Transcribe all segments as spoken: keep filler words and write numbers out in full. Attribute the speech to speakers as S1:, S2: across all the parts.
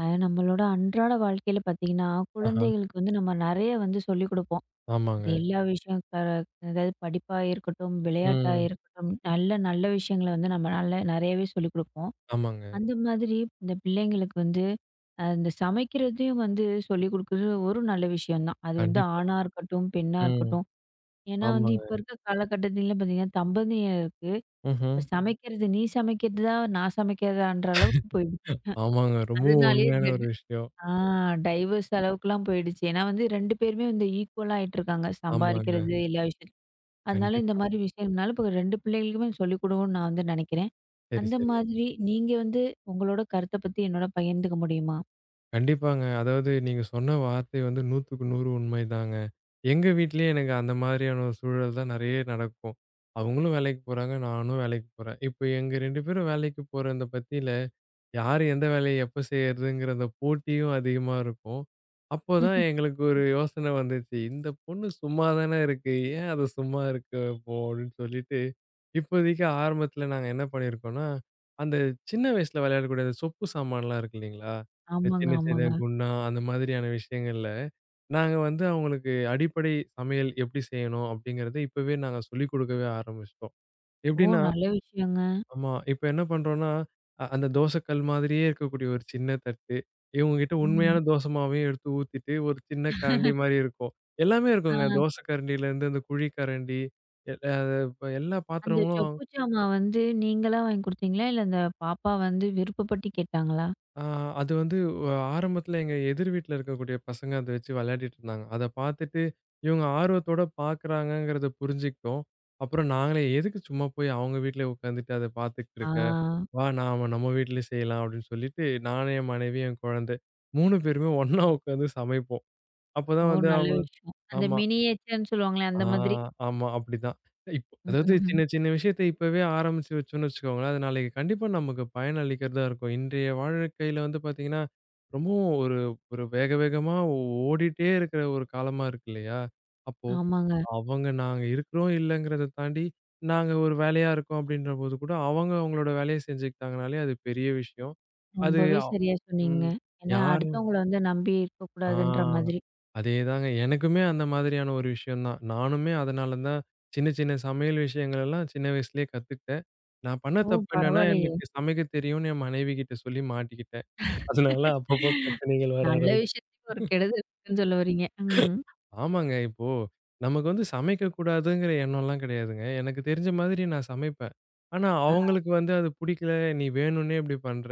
S1: அ நம்மளோட அன்றாட வாழ்க்கையில பார்த்தீங்கன்னா,
S2: ஆஹா.
S1: குழந்தைகளுக்கு வந்து நம்ம நெறைய வந்து சொல்லிக் குடுப்போம்.
S2: ஆமாங்க.
S1: அது எல்லா விஷயம் க அதாவது படிப்பா இருக்கட்டும், விளையாட்டா
S2: ம்.
S1: இருக்கட்டும், நல்ல நல்ல விஷயங்கள வந்து நம்ம நல்ல நெறையவே சொல்லிக் குடுப்போம்.
S2: ஆமாங்க.
S1: அந்த மாதிரி இந்த பிள்ளைங்களுக்கு வந்து அ இந்த சமைக்கிறதையும் வந்து சொல்லிக் குடுக்குறது ஒரு நல்ல விஷயம் தான். அது வந்து
S2: கண்டிப்பா.
S1: ஆணா இருக்கட்டும், பெண்ணா
S2: ம்.
S1: இருக்கட்டும். ஏன்னா வந்து இப்ப
S2: ஆமாங்க.
S1: இருக்க காலகட்டத்தில பார்த்தீங்கன்னா, தம்பதியருக்கு
S2: ம்ஹ்ம்.
S1: இப்ப சமைக்கிறது, நீ சமைக்கிறதா, நான் சமைக்கிறதான்ற அளவுக்கு போயிடுச்சு.
S2: ஆமாங்க. ரொம்பவும்
S1: அதனாலேயே
S2: உண்மையான ஒரு
S1: இந்த
S2: விஷயம்.
S1: ஆ டைவர்ஸ் அளவுக்குலாம் போயிடுச்சு. ஏன்னா வந்து ரெண்டு பேருமே வந்து ஈக்குவலா ஆயிட்டுருக்காங்க.
S2: ஆமாங்க.
S1: சம்பாரிக்கிறது ம். எல்லா விஷயத்துலயும். அதனால இந்த
S2: கண்டிப்பா.
S1: மாரி விஷயம்னால இப்ப ரெண்டு பிள்ளைகளுக்குமே சொல்லிக் கொடுக்கணும்னு நான் வந்து நெனைக்கிறேன்.
S2: சரி,
S1: அந்த
S2: சரி.
S1: மாதிரி நீங்க வந்து உங்களோட கருத்த பத்தி என்னோட பகிர்ந்துக்க முடியுமா?
S2: கண்டிப்பாங்க. அதாவது நீங்க சொன்ன வார்த்தை வந்து நூறுக்கு நூறு உண்மைதாங்க. எங்க வீட்லயே எனக்கு அந்த மாதிரியான ஒரு சூழல் தான் நெறைய நடக்கும். அவங்களும் வேலைக்கு போறாங்க, நானும் வேலைக்கு போறேன். இப்ப எங்க இரண்டு பேரும் வேலைக்கு போற அந்த பத்தியில, யார் எந்த வேலைய எப்ப செய்றதுங்கிற அந்த போட்டியும் அதிகமா இருக்கும். அப்போ தான்
S1: ம்ஹ்ம்.
S2: எங்களுக்கு ஒரு யோசனை வந்துச்சு. இந்த பொண்ணு சும்மா தானே இருக்கு. ஏன் அது சும்மா இருக்க போ அப்படின்னு சொல்லிட்டு இப்போதைக்கு ஆரம்பத்துல நாங்க என்ன பண்ணியிருக்கோம்னா, அந்த சின்ன வயசுல விளையாடக்கூடிய அந்த சொப்பு சாமான்லாம் இருக்கு இல்லைங்களா? இந்த
S1: ஆமாங்க,
S2: சின்ன சின்ன
S1: ஆமாங்க.
S2: குண்ணா அந்த மாதிரியான விஷயங்கள்ல, நாங்க வந்து அவங்களுக்கு அடிப்படை சமையல் எப்படி செய்யணும் அப்படிங்கிறத இப்பவே நாங்க சொல்லிக் கொடுக்கவே ஆரம்பிச்சுட்டோம்.
S1: ஓ!
S2: எப்படின்னா
S1: நல்ல விஷயங்க.
S2: ஆமா. இப்ப என்ன பண்றோம்னா, அ அந்த தோசைக்கல் மாதிரியே இருக்கக்கூடிய ஒரு சின்ன தட்டு, இவங்ககிட்ட உண்மையான
S1: ம்.
S2: தோசை மாவையும் எடுத்து ஊத்திட்டு, ஒரு சின்ன கரண்டி மாரி இருக்கும். எல்லாமே இருக்குங்க.
S1: ஆ
S2: தோசை கரண்டியிலேருந்து அந்த குழி கரண்டி, எ அ இப்ப எல்லா
S1: அந்த
S2: பாத்திரங்களும்.
S1: சொப்பு சாமா வந்து நீங்களா வாங்கி குடுத்தீங்களா? இல்ல அந்த பாப்பா வந்து விருப்பப்பட்டு கேட்டாங்களா?
S2: ஆ, அது வந்து வ ஆரம்பத்துல எங்க எதிர் வீட்ல இருக்கக்கூடிய பசங்க அத வச்சு விளையாடிட்டு இருந்தாங்க. அத பார்த்துட்டு இவங்க ஆர்வத்தோட பார்க்குறாங்கங்கிறத புரிஞ்சுக்கிட்டோம். அப்புறம் நாங்களே எதுக்கு சும்மா போய் அவங்க வீட்ல உட்காந்துட்டு அத பார்த்துக்கிட்டு
S1: ஆ.
S2: இருக்க? வா நாம நம்ம வீட்லயே செய்யலாம் அப்படின்னு சொல்லிட்டு நானும், என் மனைவி, என் குழந்தை மூன்று பேருமே ஒண்ணா உட்காந்து சமைப்போம்.
S1: ஓ!
S2: அப்பதான் வந்து
S1: நல்ல
S2: அவங்க
S1: விஷயம். அந்த
S2: ஆமா.
S1: மினியேச்சர்ன்னு சொல்லுவாங்களே
S2: ஆ,
S1: அந்த மாதிரி.
S2: ஆமா அப்படிதான். இப்
S1: ம்.
S2: அதாவது
S1: ம்,
S2: சின்ன
S1: ம்.
S2: சின்ன விஷயத்த இப்பவே ஆரம்பிச்சு வச்சோம்னு வச்சுக்கோங்களேன், அது நாளைக்கு கண்டிப்பா நமக்கு பயன் அளிக்கிறதா இருக்கும். இன்றைய வாழ்க்கையில வந்து பார்த்தீங்கன்னா, ரொம்பவும் ஒரு ஒரு வேக வேகமா ஓடிட்டே இருக்கிற ஒரு காலமா இருக்கு இல்லையா? அப்போ
S1: ஆமாங்க.
S2: அவங்க நாங்க இருக்கிறோம் இல்லங்கிறத தாண்டி, நாங்க ஒரு வேலையா இருக்கோம் அப்படின்றபோது கூட அவங்க அவங்களோட வேலைய செஞ்சுக்கிட்டாங்கனாலே அது பெரிய விஷயம். அது
S1: ரொம்பவே
S2: அ-
S1: சரியா சொன்னீங்க.
S2: ம்.
S1: ஏன்னா
S2: யாரு
S1: அடுத்தவங்கள வந்து நம்பி
S2: ஆ.
S1: இருக்கக்கூடாதுன்ற மாதிரி.
S2: அதேதாங்க. எனக்குமே அந்த மாதிரியான ஒரு விஷயம் தான். நானுமே அதனால தான் சின்ன சின்ன சமையல் விஷயங்கள் எல்லாம் சின்ன வயசுலயே கத்துக்கிட்டேன். நான் பண்ண
S1: ஓ!
S2: தப்பு என்னன்னா,
S1: பரவாயில்லையே.
S2: எனக்கு சமைக்க தெரியும்னு என் மனைவி கிட்ட சொல்லி மாட்டிக்கிட்டேன். அதனால அப்பப்போ பிரச்சனைகள் வர
S1: நல்ல
S2: ஆரம்பிச்சுச்சு.
S1: விஷயத்துக்கு ஒரு கெடுதல் இருக்குன்னு சொல்ல வர்றீங்க. ம்.
S2: ஆமாங்க. இப்போ நமக்கு வந்து சமைக்கக்கூடாதுங்கிற எண்ணம்லாம் கிடையாதுங்க. எனக்கு தெரிஞ்ச மாதிரி நான் சமைப்பேன். ஆனா
S1: ஆ
S2: அவங்களுக்கு வந்து அது புடிக்கல. "நீ வேணும்னே இப்படி பண்ற.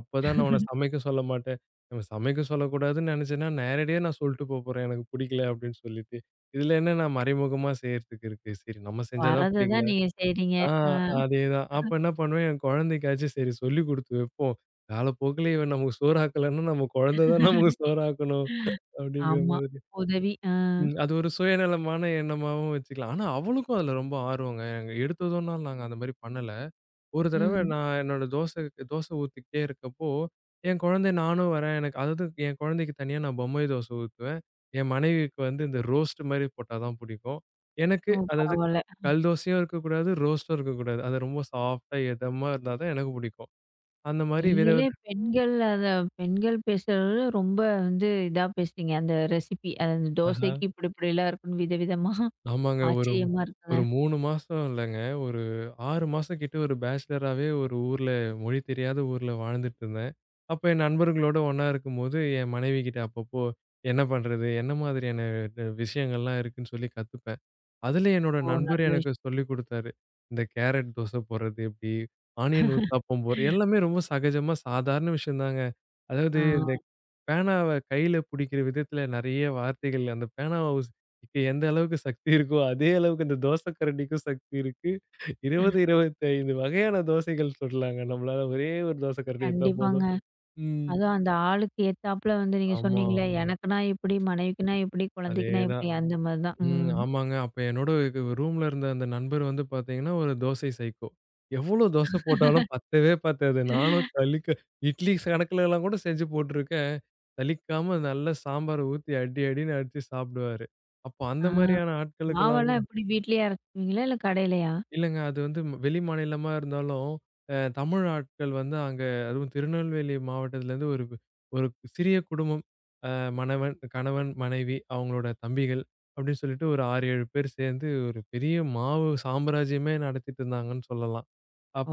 S2: அப்பதான் நான் உன்ன சமைக்க சொல்ல மாட்டேன்." நம்ம சமைக்க சொல்லக்கூடாதுன்னு நெனச்சேன்னா, நேரடியா நான் சொல்ட்டு போப்போறேன். "எனக்கு புடிக்கல" அப்படின்னு சொல்லிட்டு. இதுல என்ன நான் மறைமுகமா செய்றதுக்கு இருக்கு. சரி நம்ம செஞ்சா தான்
S1: வர்றத
S2: புடிக்கல.
S1: தான் நீங்க செய்றீங்க.
S2: ஆ,
S1: ஆ
S2: அதேதான். அப்ப என்ன பண்ணுவேன், என் குழந்தைக்காச்சும் சரி சொல்லிக் குடுத்து வைப்போம். காலப்போக்குல இவன் நமக்கு சோறாக்கலன்னா, நம்ம குழந்தை தான் நமக்கு சோறாக்கணும். அப்படிங்கிற
S1: ஆமா.
S2: மாதிரி.
S1: உதவி. ஆ.
S2: ம். அது ஒரு சுயநலமான எண்ணமாவும் வச்சுக்கலாம். ஆனா அவளுக்கும் அதுல ரொம்ப ஆர்வங்க. எங்க எடுத்ததும்னால நாங்க அந்த மாரி பண்ணல. ஒரு தடவ
S1: ம்.
S2: நான் என்னோட தோசை தோசை ஊத்திக்கிட்டே இருக்கப்போ, என் குழந்தை நானும் வரேன். எனக்கு அதாவது என் குழந்தைக்கு தனியா நான் பொம்மை தோசை ஊத்துவேன். என் மனைவிக்கு வந்து இந்த ரோஸ்ட் மாரி போட்டா தான் புடிக்கும்.
S1: ஓ!
S2: எனக்கு அதாவது
S1: பரவால்ல.
S2: கல் தோசையும் இருக்கக்கூடாது, ரோஸ்ட்டும் இருக்கக்கூடாது. அது ரொம்ப சாஃப்ட்டா, எதமா இருந்தா தான் எனக்கு புடிக்கும். அந்த மாரி வித
S1: நீங்களே
S2: வித
S1: பெண்கள் அத பெண்கள் பேசுறது ரொம்ப வந்து இதா பேசுறீங்க. அந்த ரெசிபி அது அந்த
S2: ஆஹ.
S1: தோசைக்கு இப்படி இப்படிலாம் இருக்குன்னு விதவிதமா
S2: ஆமாங்க. ஒரு ம்-
S1: ஆச்சரியமா இருக்குங்க.
S2: ஒரு மூன்று மாசம் இல்லங்க. ஒரு ஆறு மாசம் கிட்ட ஒரு பேச்சுலராவே ஒரு ஊர்ல மொழி தெரியாத ஊர்ல வாழ்ந்துட்டு இருந்தேன். அப்ப என் நண்பர்களோட ஒண்ணா இருக்கும்போது, என் மனைவி கிட்ட அப்பப்போ என்ன பண்றது? என்ன மாதிரியான ட விஷயங்கள்லாம் இருக்குன்னு சொல்லி கத்துப்பேன். அதுல என்னோட
S1: ஓ!
S2: நண்பர்
S1: நல்ல
S2: எனக்கு
S1: விஷயம்.
S2: சொல்லிக் குடுத்தாரு. இந்த கேரட் தோசை போடுறது எப்படி? ஆனியன் ஊத்தாப்பம் போடுற எல்லாமே ரொம்ப சகஜமா சாதாரண விஷயம் தாங்க. அதாவது
S1: ஆ
S2: இந்த பேனாவ கையில புடிக்கிற விதத்துல நெறைய வார்த்தைகள் அந்த பேனாவ உஸ் இப்ப எந்த அளவுக்கு சக்தி இருக்கோ, அதே அளவுக்கு இந்த தோசை கரண்டிக்கும் சக்தி இருக்கு. இருபது, இருபத்தி ஐந்து வகையான தோசைகள் சுடலாங்க நம்மளால. ஒரே ஒரு தோசை கரண்டி இருந்தா
S1: கண்டிப்பாங்க.
S2: போதும். ம்.
S1: அதுவும் அந்த ஆளுக்கு ஏத்தாப்புல வந்து நீங்க
S2: ஆமா.
S1: சொன்னீங்களே, எனக்குன்னா இப்டி, மனைவிக்குன்னா இப்டி, குழந்தைக்குன்னா
S2: அதேதான்.
S1: இப்டி அந்த மாரி தான்.
S2: ம்.
S1: ம்.
S2: ஆமாங்க. அப்ப என்னோட ரூம்ல இருந்த அந்த நண்பர் வந்து பார்த்தீங்கன்னா, ஒரு தோசை சைக்கோ. எவ்வளோ தோசை போட்டாலும் பத்தவே பத்தாது. நானும் கலிக்க இட்லி கணக்குலலாம் கூட செஞ்சு போட்டுருக்கேன். சலிக்காம நல்லா சாம்பார ஊத்தி அடி அடின்னு அடிச்சு சாப்பிடுவாரு. அப்போ
S1: ஆ.
S2: அந்த மாரியான ஆட்களுக்கெல்லாம்
S1: மாவெல்லாம் எப்டி வீட்லயே அரைச்சுக்குவீங்களா? இல்ல கடையிலயா?
S2: இல்லங்க. அது வந்து ம- வெளி மாநிலமா இருந்தாலும், அ தமிழ் ஆட்கள் வந்து அங்க அதுவும் திருநெல்வேலி மாவட்டத்திலேருந்து ஒரு ஒரு சிறிய குடும்பம். அ மணவன், கணவன், மனைவி அவங்களோட தம்பிகள் அப்படின்னு சொல்லிட்டு ஒரு ஆறு, ஏழு பேர் சேர்ந்து ஒரு பெரிய மாவு சாம்ராஜ்யமே நடத்திட்டு இருந்தாங்கன்னு சொல்லலாம்.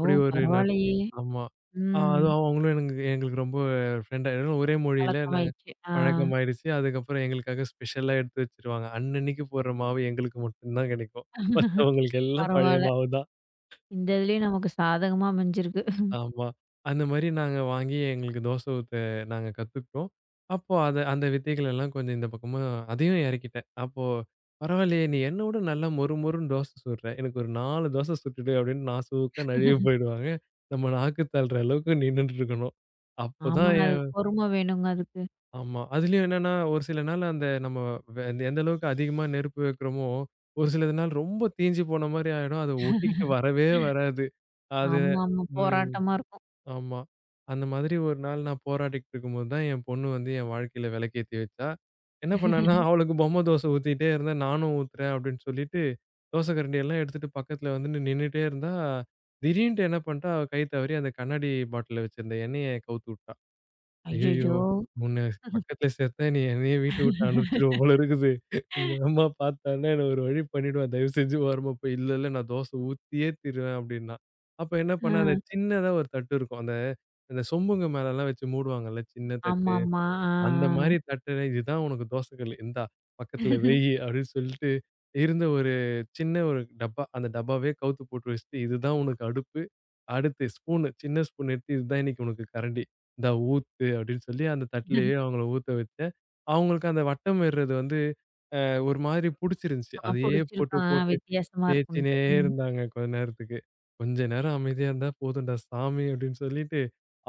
S1: ஓ!
S2: ஒரு நட்பு.
S1: பரவாயில்லயே!
S2: ஆமா. அ
S1: ம்.
S2: அதுவும் அவங்களும் எனக்கு எங்களுக்கு ரொம்ப ஃப்ரெண்ட் ஆயிடுவோம். ஒரே மொழியில நாங்க
S1: பழக்கமாயிடுச்சு. ஆ.
S2: பழக்கமாயிடுச்சு. அதுக்கப்புறம் எங்களுக்காக ஸ்பெஷலா எடுத்து வச்சுருவாங்க. அன்னன்னைக்கு போடுற மாவு எங்களுக்கு மட்டும் தான் கிடைக்கும். மத்தவங்களுக்கு எல்லாம் பழைய
S1: பரவால்ல.
S2: மாவு தான்.
S1: இந்த இதுலயும் நமக்கு சாதகமா அமைஞ்சிருக்கு.
S2: ஆமா. அந்த மாரி நாங்க வாங்கி எங்களுக்கு தோசை ஊத்த நாங்க கத்துக்கிட்டோம். அப்போ அத அந்த வித்தைகள் எல்லாம் கொஞ்சம் இந்த பக்கமா அதையும் இறக்கிட்டேன். அப்போ "பரவாயில்லையே! நீ என்ன விட நல்லா மொறு மொறுன்னு தோசை சுடுற. எனக்கு ஒரு நான்கு தோசை சுட்டுடு" அப்படின்னு நாசூக்கா நழுவி போயிடுவாங்க. நம்ம நாக்கு தள்ளுற அளவுக்கு நின்னுட்டு இருக்கணும். அப்போதான்
S1: ஆமாங்க. அதுக்கு
S2: என்.
S1: பொறும வேணுங்க அதுக்கு.
S2: ஆமா. அதுலயும் என்னன்னா, ஒரு சில நாள் அந்த நம்ம வெ எந்த அளவுக்கு அதிகமா நெருப்பு வைக்கிறோமோ, ஒரு சில நாள் ரொம்ப தீஞ்சு போன மாரி ஆயிடும். அது ஒட்டிக்கிட்டு வரவே வராது. அது
S1: ஆமா, ஆமா.
S2: ம்.
S1: போராட்டமா இருக்கும்.
S2: ஆமா. அந்த மாதிரி ஒரு நாள் நான் போராடிட்டு இருக்கும்போது தான் என் பொண்ணு வந்து என் வாழ்க்கையில விளக்கேத்தி வச்சா. என்ன பண்ணான்னா, அவளுக்கு பொம்மை தோசை ஊத்திட்டே இருந்தேன். நானும் ஊத்துறேன் அப்படின்னு சொல்லிட்டு, தோசை கரண்டி எல்லாம் எடுத்துட்டு பக்கத்துல வந்து நின்னுட்டே இருந்தா, திடீர்னுட்டு என்ன பண்ணிட்டா, அவ கை தவறி அந்த கண்ணாடி பாட்டில்ல வச்சிருந்த எண்ணெய கவுத்து விட்டா. ஐயய்யோ!
S1: ஐயய்யோ!
S2: உன்ன பக்கத்துல சேர்த்தா நீ என்னையே வீட்ட விட்டு அனுப்பிச்சுடுவ போல இருக்குது. உங்க அம்மா பார்த்தான்னா என்ன ஒரு வழி பண்ணிடுவா. தயவு செஞ்சு ஓரமா போய் இல்ல, இல்ல நான் தோசை ஊத்தியே தீருவேன் அப்டின்னா. அப்ப என்ன
S1: ஆ.
S2: பண்ணேன் அந்த சின்னதா ஒரு தட்டு இருக்கும். அந்த அந்த சொம்புங்க மேலலாம் வச்சு மூடுவாங்கல்ல சின்ன தட்டு.
S1: ஆமாமா. ஆ,
S2: அந்த மாரி தட்டுல இதுதான் உனக்கு தோசை கல்லு. இந்தா பக்கத்துல வையி அப்டின்னு சொல்லிட்டு இருந்த ஒரு சின்ன ஒரு டப்பா. அந்த டப்பாவே கவுத்து போட்டு வச்சுட்டு இதுதான் உனக்கு அடுப்பு. அடுத்து ஸ்பூனு, சின்ன ஸ்பூன் எடுத்து "இதுதான் இன்னைக்கு உனக்கு கரண்டி. இந்தா ஊத்து" அப்படின்னு சொல்லி அந்த
S1: ஆ.
S2: தட்டிலேயே அவங்கள ஊத்த வச்சேன். அவங்களுக்கு அந்த வட்டம் வேர்றது வந்து அ ஒரு மாதிரி புடிச்சிருந்துச்சு.
S1: ஆ
S2: அதையே போட்டு,
S1: புடிச்சிருக்கும். ஆ
S2: போட்டு
S1: வித்தியாசமா
S2: தேய்ச்சினே
S1: இருக்கும்ன்ட்டு. ம்.
S2: இருந்தாங்க கொஞ்ச நேரத்துக்கு. "கொஞ்ச நேரம் அமைதியா இருந்தா போதும்டா சாமி" அப்படின்னு சொல்லிட்டு,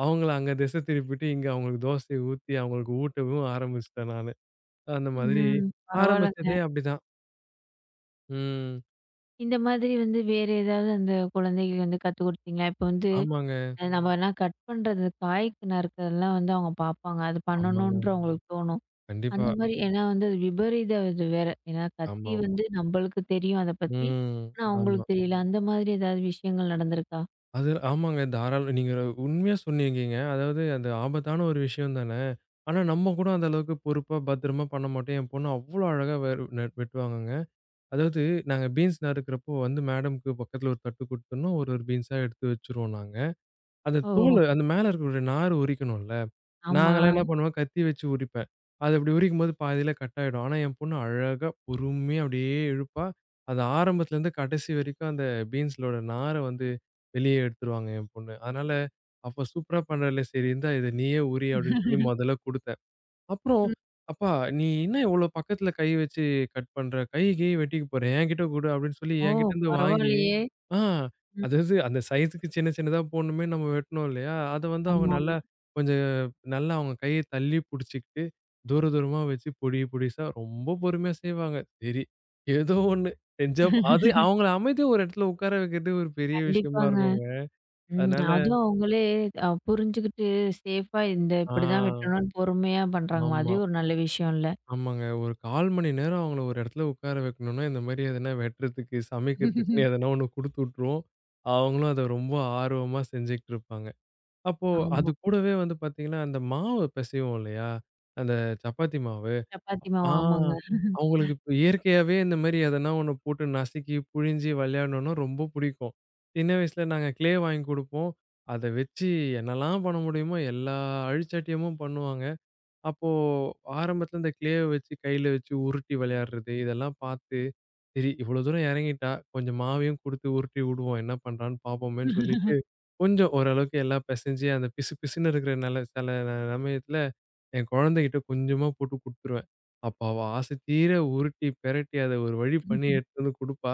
S2: அவங்கள அங்க திசை திருப்பிட்டு, இங்க அவங்களுக்கு தோசைய ஊத்தி அவங்களுக்கு ஊட்டவும் ஆரம்பிச்சுட்டேன் நானு. அந்த மாதிரி
S1: ம். பரவாயில்லங்க.
S2: ஆரம்பிச்சதே அப்படிதான். ம்.
S1: இந்த மாதிரி வந்து வேற ஏதாவது அந்த குழந்தைகள் வந்து கத்துக் குடுத்தீங்களா? இப்ப வந்து
S2: ஆமாங்க,
S1: அ நம்மலாம் கட் பண்றது காய்க்கு நறுக்கிறதெல்லாம் வந்து அவங்க பார்ப்பாங்க. அது
S2: ஆமாங்க.
S1: பண்ணணுன்ற அவங்களுக்கு தோணும்.
S2: கண்டிப்பா.
S1: அந்த மாரி ஏன்னா வந்து அது விபரீத இது வேற. ஏன்னா கத்தி
S2: ஆமாமா.
S1: வந்து நம்மளுக்கு தெரியும் அத பத்தி.
S2: ம்.
S1: ஆனா
S2: ஆமா.
S1: அவங்களுக்கு தெரியல. அந்த மாதிரி ஏதாவது விஷயங்கள் நடந்திருக்கா?
S2: அது ஆமாங்க. தாராள நீங்க உண்மையா சொன்னீங்கங்க. அதாவது அது ஆபத்தான ஒரு விஷயம் தானே! ஆனா, நம்ம கூட அந்த அளவுக்கு பொறுப்பா, பத்திரமா பண்ண மாட்டோம். என் பொண்ணு அவ்ளோ அழகா வெ நட் வெட்டுவாங்கங்க. அதாவது நாங்க பீன்ஸ் நறுக்கிறப்போ வந்து மேடம்க்கு பக்கத்துல ஒரு தட்டு குடுத்துடணும். ஒரு ஒரு பீன்ஸா எடுத்து வச்சுருவோம் நாங்க. அந்த தோலு
S1: ஓ!
S2: அந்த மேல இருக்கக்கூடிய நார் உரிக்கணும்ல.
S1: ஆமா.
S2: நாங்கலாம் என்ன பண்ணுவேன், கத்தி வச்சு உரிப்பேன். அது அப்படி உரிக்கும்போது பாதியில கட் ஆயிடும். ஆனா, என் பொண்ணு அழகா பொறுமையா அப்படியே இழுப்பா. அது ஆரம்பத்துலேருந்து கடைசி வரைக்கும் அந்த பீன்ஸ்லோட நார வந்து வெளியே எடுத்துருவாங்க என் பொண்ணு. அதனால, அப்ப சூப்பரா பண்றாளே! சரி இந்தா இத நீயே உரி அப்படின்னு சொல்லி மொதல்ல குடுத்தேன். அப்புறம்,
S1: ம்.
S2: "அப்பா நீ என்ன இவ்ளோ பக்கத்துல கை வச்சு கட் பண்ற? கை கிய் வெட்டிக்க போற. என்கிட்ட குடு" அப்படின்னு சொல்லி
S1: ஓ!
S2: என்கிட்டருந்து வாங்கி
S1: பரவாயில்லையே!
S2: ஆ,
S1: ம்.
S2: அதாவது அந்த சைஸுக்கு சின்ன சின்னதா போடணுமே நம்ம வெட்டணும் இல்லையா? அத வந்து அவங்க நல்லா
S1: ஆமாமா.
S2: கொஞ்சம் நல்லா அவங்க கைய தள்ளி புடிச்சுக்கிட்டு, தூர தூரமா வச்சு பொடி பொடிசா ரொம்ப பொறுமையா செய்வாங்க. சரி, ஏதோ ஒண்ணு செஞ்சா போ- அது அவங்கள அமைதியா ஒரு இடத்துல உட்கார வைக்கிறது ஒரு பெரிய விஷயமா
S1: கண்டிப்பாங்க.
S2: இருக்குங்க.
S1: ம்.
S2: அதனால
S1: அதுவும் அவங்களே அ புரிஞ்சுகிட்டு சேஃபா இந்த
S2: ஆ,
S1: இப்படிதான் வெட்டணும்னு பொறுமையா பண்றாங்கம்மா.
S2: ஆமா.
S1: அதுவே ஒரு நல்ல விஷயம் இல்ல.
S2: ஆமாங்க. ஒரு கால் மணி நேரம் அவங்கள ஒரு இடத்துல உட்கார வைக்கணும்னா, இந்த மாரி எதனா வெட்டுறதுக்கு, சமைக்கிறதுக்குன்னு எதனா ஒண்ணு குடுத்து விட்டுருவோம். அவங்களும் அத ரொம்ப ஆர்வமா செஞ்சுகிட்டு இருப்பாங்க. அப்போ அது
S1: ஆமா.
S2: கூடவே வந்து பார்த்தீங்கன்னா, அந்த மாவு பிசைவோம் இல்லையா? அந்த சப்பாத்தி மாவு.
S1: சப்பாத்தி மாவு
S2: ஆ,
S1: ஆமாங்க.
S2: அவங்களுக்கு இப்ப இயற்கையாவே இந்த மாரி எதனா ஒண்ணு போட்டு நசுக்கி, புழிஞ்சு விளையாடணும்னா ரொம்ப பிடிக்கும். சின்ன வயசுல நாங்க க்ளே வாங்கி குடுப்போம். அத வச்சு என்னலாம் பண்ண முடியுமோ எல்லா அழிச்சாட்டியமும் பண்ணுவாங்க. அப்போ ஆரம்பத்துல இந்த கிளேவ வச்சு கையில வச்சு உருட்டி விளையாடுறது, இதெல்லாம் பார்த்து, சரி இவ்வளோ தூரம் இறங்கிட்டா, கொஞ்சம் மாவையும் குடுத்து உருட்டி விடுவோம். என்ன பண்றான்னு பார்ப்போமேன்னு சொல்லிட்டு, கொஞ்சம் ஓரளவுக்கு எல்லாம் பெசஞ்சு அந்த பிசு பிசுன்னு இருக்கிற நில சில ந- சமயத்துல என் குழந்தைகிட்ட கொஞ்சமா போட்டு குடுத்துருவேன். அப்ப அவ ஆசை தீர உருட்டி, பெரட்டி அத ஒரு வழி பண்ணி எடுத்துட்டு வந்து குடுப்பா.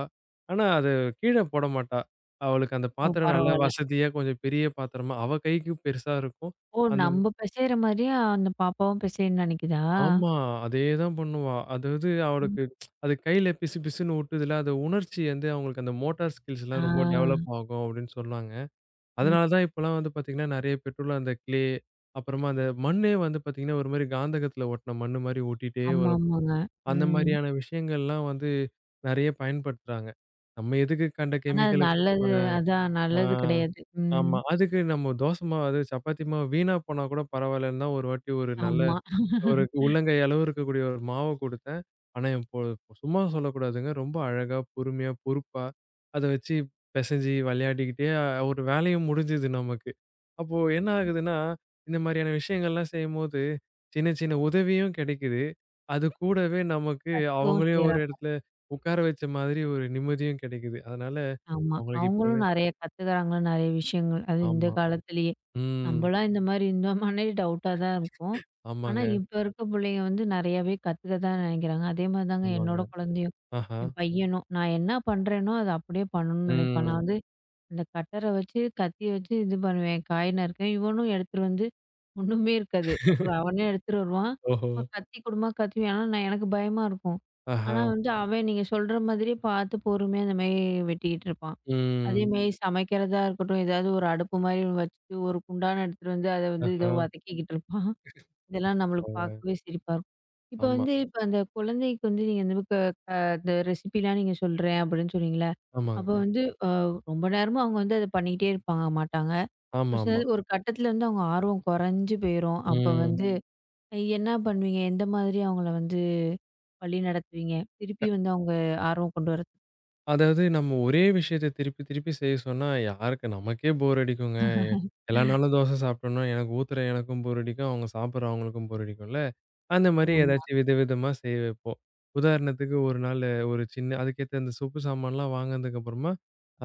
S2: ஆனா அத கீழ போட மாட்டா. அவளுக்கு அந்த
S1: ஓ!
S2: பாத்திரம் நல்லா
S1: பரவால்ல.
S2: வசதியா கொஞ்சம் பெரிய பாத்திரமா, அவ கைக்கு பெருசா இருக்கும்.
S1: ஓ!
S2: அந்த
S1: நம்ம பிசையிற மாரியே அந்த பாப்பாவும் பிசையன்னு நெனைக்குதா?
S2: ஆமா. அதேதான் பண்ணுவா. அதாவது
S1: ம்.
S2: அவளுக்கு அது கையில பிசு பிசுன்னு ஒட்டுதுல, அது உணர்ச்சி வந்து அவங்களுக்கு அந்த மோட்டார்
S1: ஆ.
S2: ஸ்கில்ஸ்லாம் ரொம்ப டெவலப் ஆகும் அப்படின்னு சொன்னாங்க. அதனால
S1: ம்.
S2: தான் இப்பலாம் வந்து பார்த்தீங்கன்னா, நெறைய பெற்றோர்கள் அந்த கிளே, அப்புறமா அந்த மண்ணே வந்து பார்த்தீங்கன்னா, ஒரு மாரி காந்தகத்தில ஒட்டுன மண்ணு மாரி ஒட்டிட்டே
S1: ஆமா,
S2: வரும்.
S1: ஆமாங்க.
S2: அந்த
S1: ம்.
S2: மாரியான விஷயங்கள்லாம் வந்து நெறைய பயன்படுத்துறாங்க. நம்ம எதுக்கு கண்ட
S1: ஆனா அது
S2: கெமிக்கல
S1: நல்லது
S2: குடுக்கணும்?
S1: அதான்
S2: ஆ.
S1: நல்லது கிடையாது. ம்.
S2: ஆமா. அதுக்கு நம்ம தோசை மாவு, அது சப்பாத்தி மாவு வீணா போனா கூட பரவாயில்லன்னு தான் ஒரு வாட்டி ஒரு நல்ல
S1: ஆமா.
S2: ஒரு உள்ளங்கை அளவு இருக்கக்கூடிய ஒரு மாவ குடுத்தேன். ஆனா, என் பொ சும்மா சொல்லக்கூடாதுங்க. ரொம்ப அழகா, பொறுமையா, பொறுப்பா அத வச்சு பெசஞ்சு விளையாடிக்கிட்டே அஹ், ஒரு வேலையும் முடிஞ்சுது நமக்கு. அப்போ என்ன ஆகுதுன்னா, இந்த மாரியான விஷயங்கள்லாம் செய்யும்போது, சின்ன சின்ன உதவியும் கெடைக்குது. அது கூடவே நமக்கு
S1: கத்துக்கவும்
S2: அவங்களையும் ஒரு
S1: செய்றா.
S2: இடத்துல உட்கார வச்ச மாதிரி ஒரு நிம்மதியும் கெடைக்குது. அதனால
S1: ஆமா.
S2: அவங்களுக்கு இப்பவே
S1: அவங்களும் நெறைய கத்துக்கிறாங்க. நெறைய விஷயங்கள். அது இந்த
S2: ஆமா.
S1: காலத்திலேயே.
S2: ம்.
S1: நம்பலாம் இந்த மாரி இருந்தோமான்னே டவுட்டா தான் இருக்கும். ஆனா,
S2: ஆமாங்க,
S1: இப்ப இருக்க புள்ளைங்க வந்து நெறையாவே கத்துக்க தான் நெனைக்கிறாங்க. அதே மாரி தாங்க
S2: ஆமாங்க.
S1: என்னோட குழந்தையும்.
S2: ஆஹா.
S1: என் பையனும். நான் என்ன பண்றேனோ, அத அப்படியே பண்ணணும்னு நெனைப்பான். நான்
S2: ம்.
S1: வந்து அந்த கட்டர வச்சு, கத்திய வச்சு இது பண்ணுவேன். காய் நறுக்குவேன். இவனும் எடுத்துட்டு வந்து ஒண்ணுமே இருக்காது. ஒரு அவனே எடுத்துட்டு வருவான்.
S2: ஓஹோ!
S1: அம்மா கத்தி குடும்மா கத்துவேன். ஆனா, நான் எனக்கு பயமா இருக்கும்.
S2: ஆஹா.
S1: ஆனா வந்து அவன் நீங்க சொல்ற மாதிரியே பார்த்து பொறுமையா இந்த மாரி வெட்டிக்கிட்டு இருப்பான்.
S2: ம்.
S1: அதேமாரி சமைக்கிறதா இருக்கட்டும், ஏதாவது ஒரு அடுப்பு மாரி ஒண்ணு வச்சுட்டு, ஒரு குண்டான எடுத்துட்டு வந்து அத வந்து ஏதோ
S2: ஆஹா.
S1: வதக்கிக்கிட்டு இருப்பான். இதெல்லாம் நம்மளுக்கு
S2: போங்க.
S1: பார்க்கவே சிரிப்பா இருக்கும். இப்ப
S2: ஆமா.
S1: வந்து இப்ப அந்த குழந்தைக்கு வந்து நீங்க இந்த க அந்த ரெசிபிலாம் நீங்க சொல்றேன் அப்படின்னு சொன்னீங்கல்ல. அப்ப
S2: ஆமாங்க.
S1: வந்து அ ரொம்ப நேரமா அவங்க வந்து அத பண்ணிக்கிட்டே இருப்பாங்க மாட்டாங்க. ஒரு சில
S2: ஆமாமா.
S1: ஒரு கட்டத்துல வந்து அவங்க ஆர்வம் குறைஞ்சு போயிரும். அப்ப
S2: ம்.
S1: வந்து அஹ், என்ன பண்ணுவீங்க? எந்த மாதிரி அவங்கள வந்து வழி நடத்துவீங்க? திருப்பி வந்து அவங்க ஆர்வம் கொண்டு வரதுக்கு.
S2: அதாவது நம்ம ஒரே விஷயத்த திருப்பி திருப்பி செய்ய சொன்னா யாருக்கு நமக்கே போர் அடிக்குங்க. எல்லா நாளும் தோசை சாப்பிட்டோம்னா எனக்கு ஊத்துற எனக்கும் போர் அடிக்கும். அவங்க சாப்பிடுற அவங்களுக்கும் போர் அடிக்கும்ல. அந்த மாரி
S1: ஆமா.
S2: ஏதாச்சும் விதவிதமா செய்ய வைப்போம். உதாரணத்துக்கு ஒரு நாளு ஒரு சின்ன அதுக்கேத்த அந்த சொப்பு சாமான்லாம் வாங்குனதுக்கு அப்புறமா,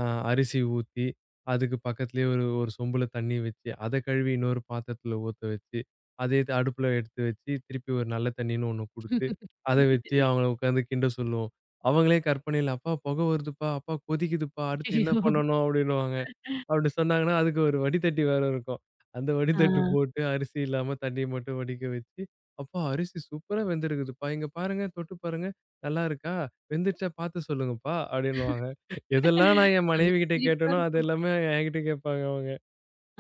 S2: அ அரிசி ஊத்தி, அதுக்கு பக்கத்துலயே ஒரு ஒரு சொம்புல தண்ணி வச்சு, அத கழுவி இன்னொரு பாத்திரத்துல ஊத்த வச்சு, அத எடுத்து அடுப்புல எடுத்து வச்சு, திருப்பி ஒரு நல்ல தண்ணின்னு ஒண்ணு குடுத்து, அத வச்சு அவங்கள உட்காந்து கிண்ட சொல்லுவோம். அவங்களே கற்பனையில, "அப்பா! புகை வருதுப்பா! அப்பா! கொதிக்குதுப்பா! அடுத்து என்ன
S1: அய்யய்யோ!
S2: பண்ணணும்?" அப்படின்னுவாங்க. அப்படி சொன்னாங்கன்னா, அதுக்கு ஒரு வடிதட்டி வேற இருக்கும். அந்த
S1: ஆ.
S2: வடிதட்டு போட்டு அரிசி இல்லாம தண்ணிய மட்டும் வடிக்க வச்சு, "அப்பா அரிசி சூப்பரா வெந்திருக்குதுப்பா. இங்க பாருங்க, தொட்டு பாருங்க. நல்லா இருக்கா? வெந்துருச்சா பார்த்து சொல்லுங்கப்பா" அப்படின்னுவாங்க. எதெல்லாம் நான் என்
S1: நமக்கு
S2: மனைவிகிட்ட
S1: சிரிப்பா
S2: கேட்டேனோ, அது
S1: இருக்கும்.
S2: எல்லாமே என்கிட்ட கேட்பாங்க அவங்க.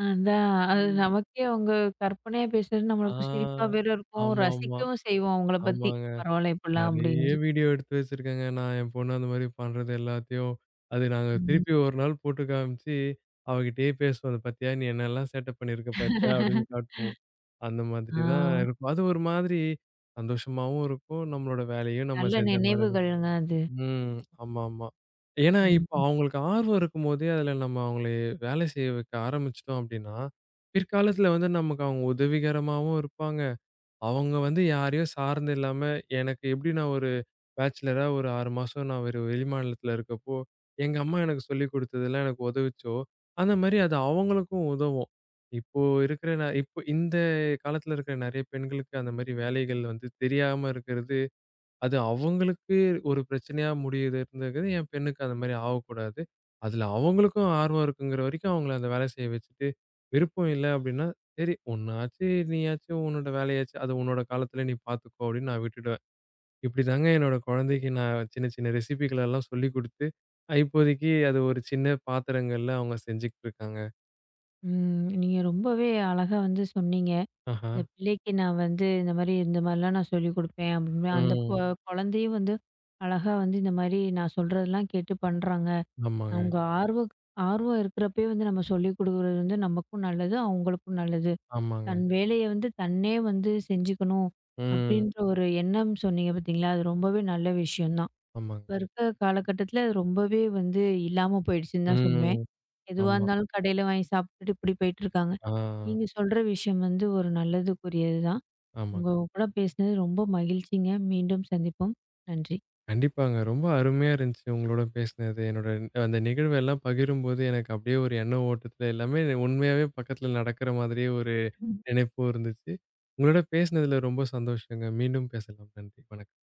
S1: அதான். அது
S2: ம்.
S1: நமக்கே அவங்க கற்பனையா பேசுறது நம்மளுக்கு சிரிப்பா
S2: ஆ.
S1: வேற இருக்கும்.
S2: ஆமாமா.
S1: ரசிக்கவும் செய்வோம் அவங்கள பத்தி.
S2: ஆமாங்க.
S1: பரவால்ல இப்படிலாம்
S2: நெறைய
S1: அப்படின்ட்டு.
S2: வீடியோ எடுத்து வச்சிருக்கேங்க. நான் என் பொண்ணு அந்த மாரி பண்றது எல்லாத்தையும். அது நாங்க
S1: ம்.
S2: திருப்பி ஒரு நாள் போட்டு காமிச்சு, அவகிட்டயே பேசுவோம். "அத பாத்தியா? நீ என்னெல்லாம் சேட்ட பண்ணியிருக்க பாத்தியா?" அப்படின்னு காட்டுவோம். அந்த மாதிரி தான்
S1: ஆ.
S2: இருக்கும். அது ஒரு மாதிரி சந்தோஷமாவும் இருக்கும். நம்மளோட வேலையும் நம்ம
S1: நல்ல
S2: செஞ்ச மாரி இருக்கும்.
S1: நினைவுகள்ங்க அது.
S2: ம். ஆமாமா. ஏன்னா, இப்ப
S1: ம்.
S2: அவங்களுக்கு ஆர்வம் இருக்கும்போதே அதுல நம்ம அவங்கள வேலை செய்ய வைக்க ஆரம்பிச்சுட்டோம் அப்படின்னா, பிற்காலத்துல வந்து நமக்கு அவங்க உதவிகரமாவும் இருப்பாங்க. அவங்க வந்து யாரையும் சார்ந்து இல்லாம, எனக்கு எப்படி நான் ஒரு பேச்சுலரா ஒரு ஆறு மாசம் நான் ஒரு வெளிமாநிலத்தில இருக்கப்போ, எங்க அம்மா எனக்கு சொல்லிக் குடுத்ததெல்லாம் எனக்கு உதவுச்சோ, அந்த மாரி அது அவங்களுக்கும் உதவும். இப்போ இருக்கிற ந இப்போ இந்த காலத்தில இருக்கிற நெறைய பெண்களுக்கு அந்த மாரி வேலைகள் வந்து தெரியாம இருக்கிறது, அது அவங்களுக்கு ஒரு பிரச்சனையா முடியுதுங்கிறது என் பெண்ணுக்கு அந்த மாரி ஆவக்கூடாது. அதில அவங்களுக்கும் ஆர்வம் இருக்குங்கிற வரைக்கும் அவங்கள அந்த வேலை செய்ய வச்சுட்டு, விருப்பம் இல்ல அப்டின்னா, சரி ஒண்ணாச்சு நீயாச்சும் உன்னோட வேலையாச்சு, அது உன்னோட காலத்தில நீ பார்த்துக்கோ அப்படின்னு நான் விட்டுட இப்படிதாங்க என்னோட குழந்தைக்கு நான் சின்ன சின்ன ரெசிபிகள் எல்லாம் சொல்லிக் குடுத்து, அ இப்போதைக்கு அது ஒரு சின்ன பாத்திரங்கள்ல அவங்க செஞ்சுகிட்டு இருக்காங்க.
S1: ம். நீங்க ரொம்பவே அழகா வந்து சொன்னீங்க.
S2: ஆஹா.
S1: இந்த பிள்ளைக்கு நான் வந்து இந்த மாரி இந்த மாரிலாம் நான் சொல்லிக் குடுப்பேன் அப்படின்னு. அந்த பொ
S2: ம்.
S1: குழந்தையும் வந்து அழகா வந்து இந்த மாரி நான் சொல்றதெல்லாம் கேட்டு பண்றாங்க.
S2: ஆமாங்க,
S1: அவங்க ஆர்வ ஆர்வம் இருக்கிறப்பயே வந்து நம்ம சொல்லிக் குடுக்குறது வந்து நமக்கும் நல்லது, அவங்களுக்கும் நல்லது.
S2: ஆமாங்க.
S1: தன் வேலைய வந்து தன்னே வந்து செஞ்சுக்கணும்,
S2: ம்.
S1: அப்படின்ற ஒரு எண்ணம் சொன்னீங்க பார்த்தீங்களா? அது ரொம்பவே நல்ல விஷயம் தான்.
S2: ஆமாங்க.
S1: இப்ப இருக்க காலகட்டத்தில அது ரொம்பவே வந்து இல்லாம போயிடுச்சுன்னு தான் ம். சொல்வேன்.
S2: ம்.
S1: எதுவா
S2: ஆமா.
S1: இருந்தாலும் கடையில வாங்கி சாப்பிட்டுட்டு இப்படி போயிட்டுருக்காங்க.
S2: ஆ.
S1: நீங்க சொல்ற விஷயம் வந்து ஒரு நல்லதுக்குரியது தான். உங்க
S2: ஆமாங்க.
S1: கூட பேசினது ரொம்ப மகிழ்ச்சிங்க. மீண்டும் சந்திப்போம். நன்றி.
S2: கண்டிப்பாங்க. ரொம்ப அருமையா இருந்துச்சு உங்களோட பேசினது. என்னோட அந்த நிகழ்வெல்லாம் பகிரும்போது எனக்கு அப்படியே ஒரு எண்ண ஓட்டத்துல எல்லாமே உண்மையாவே பக்கத்துல நடக்கிற மாதிரியே ஒரு நினைப்பும் இருந்துச்சு. உங்களோட பேசினதுல ரொம்ப சந்தோஷங்க. மீண்டும் பேசலாம். நன்றி. வணக்கம்.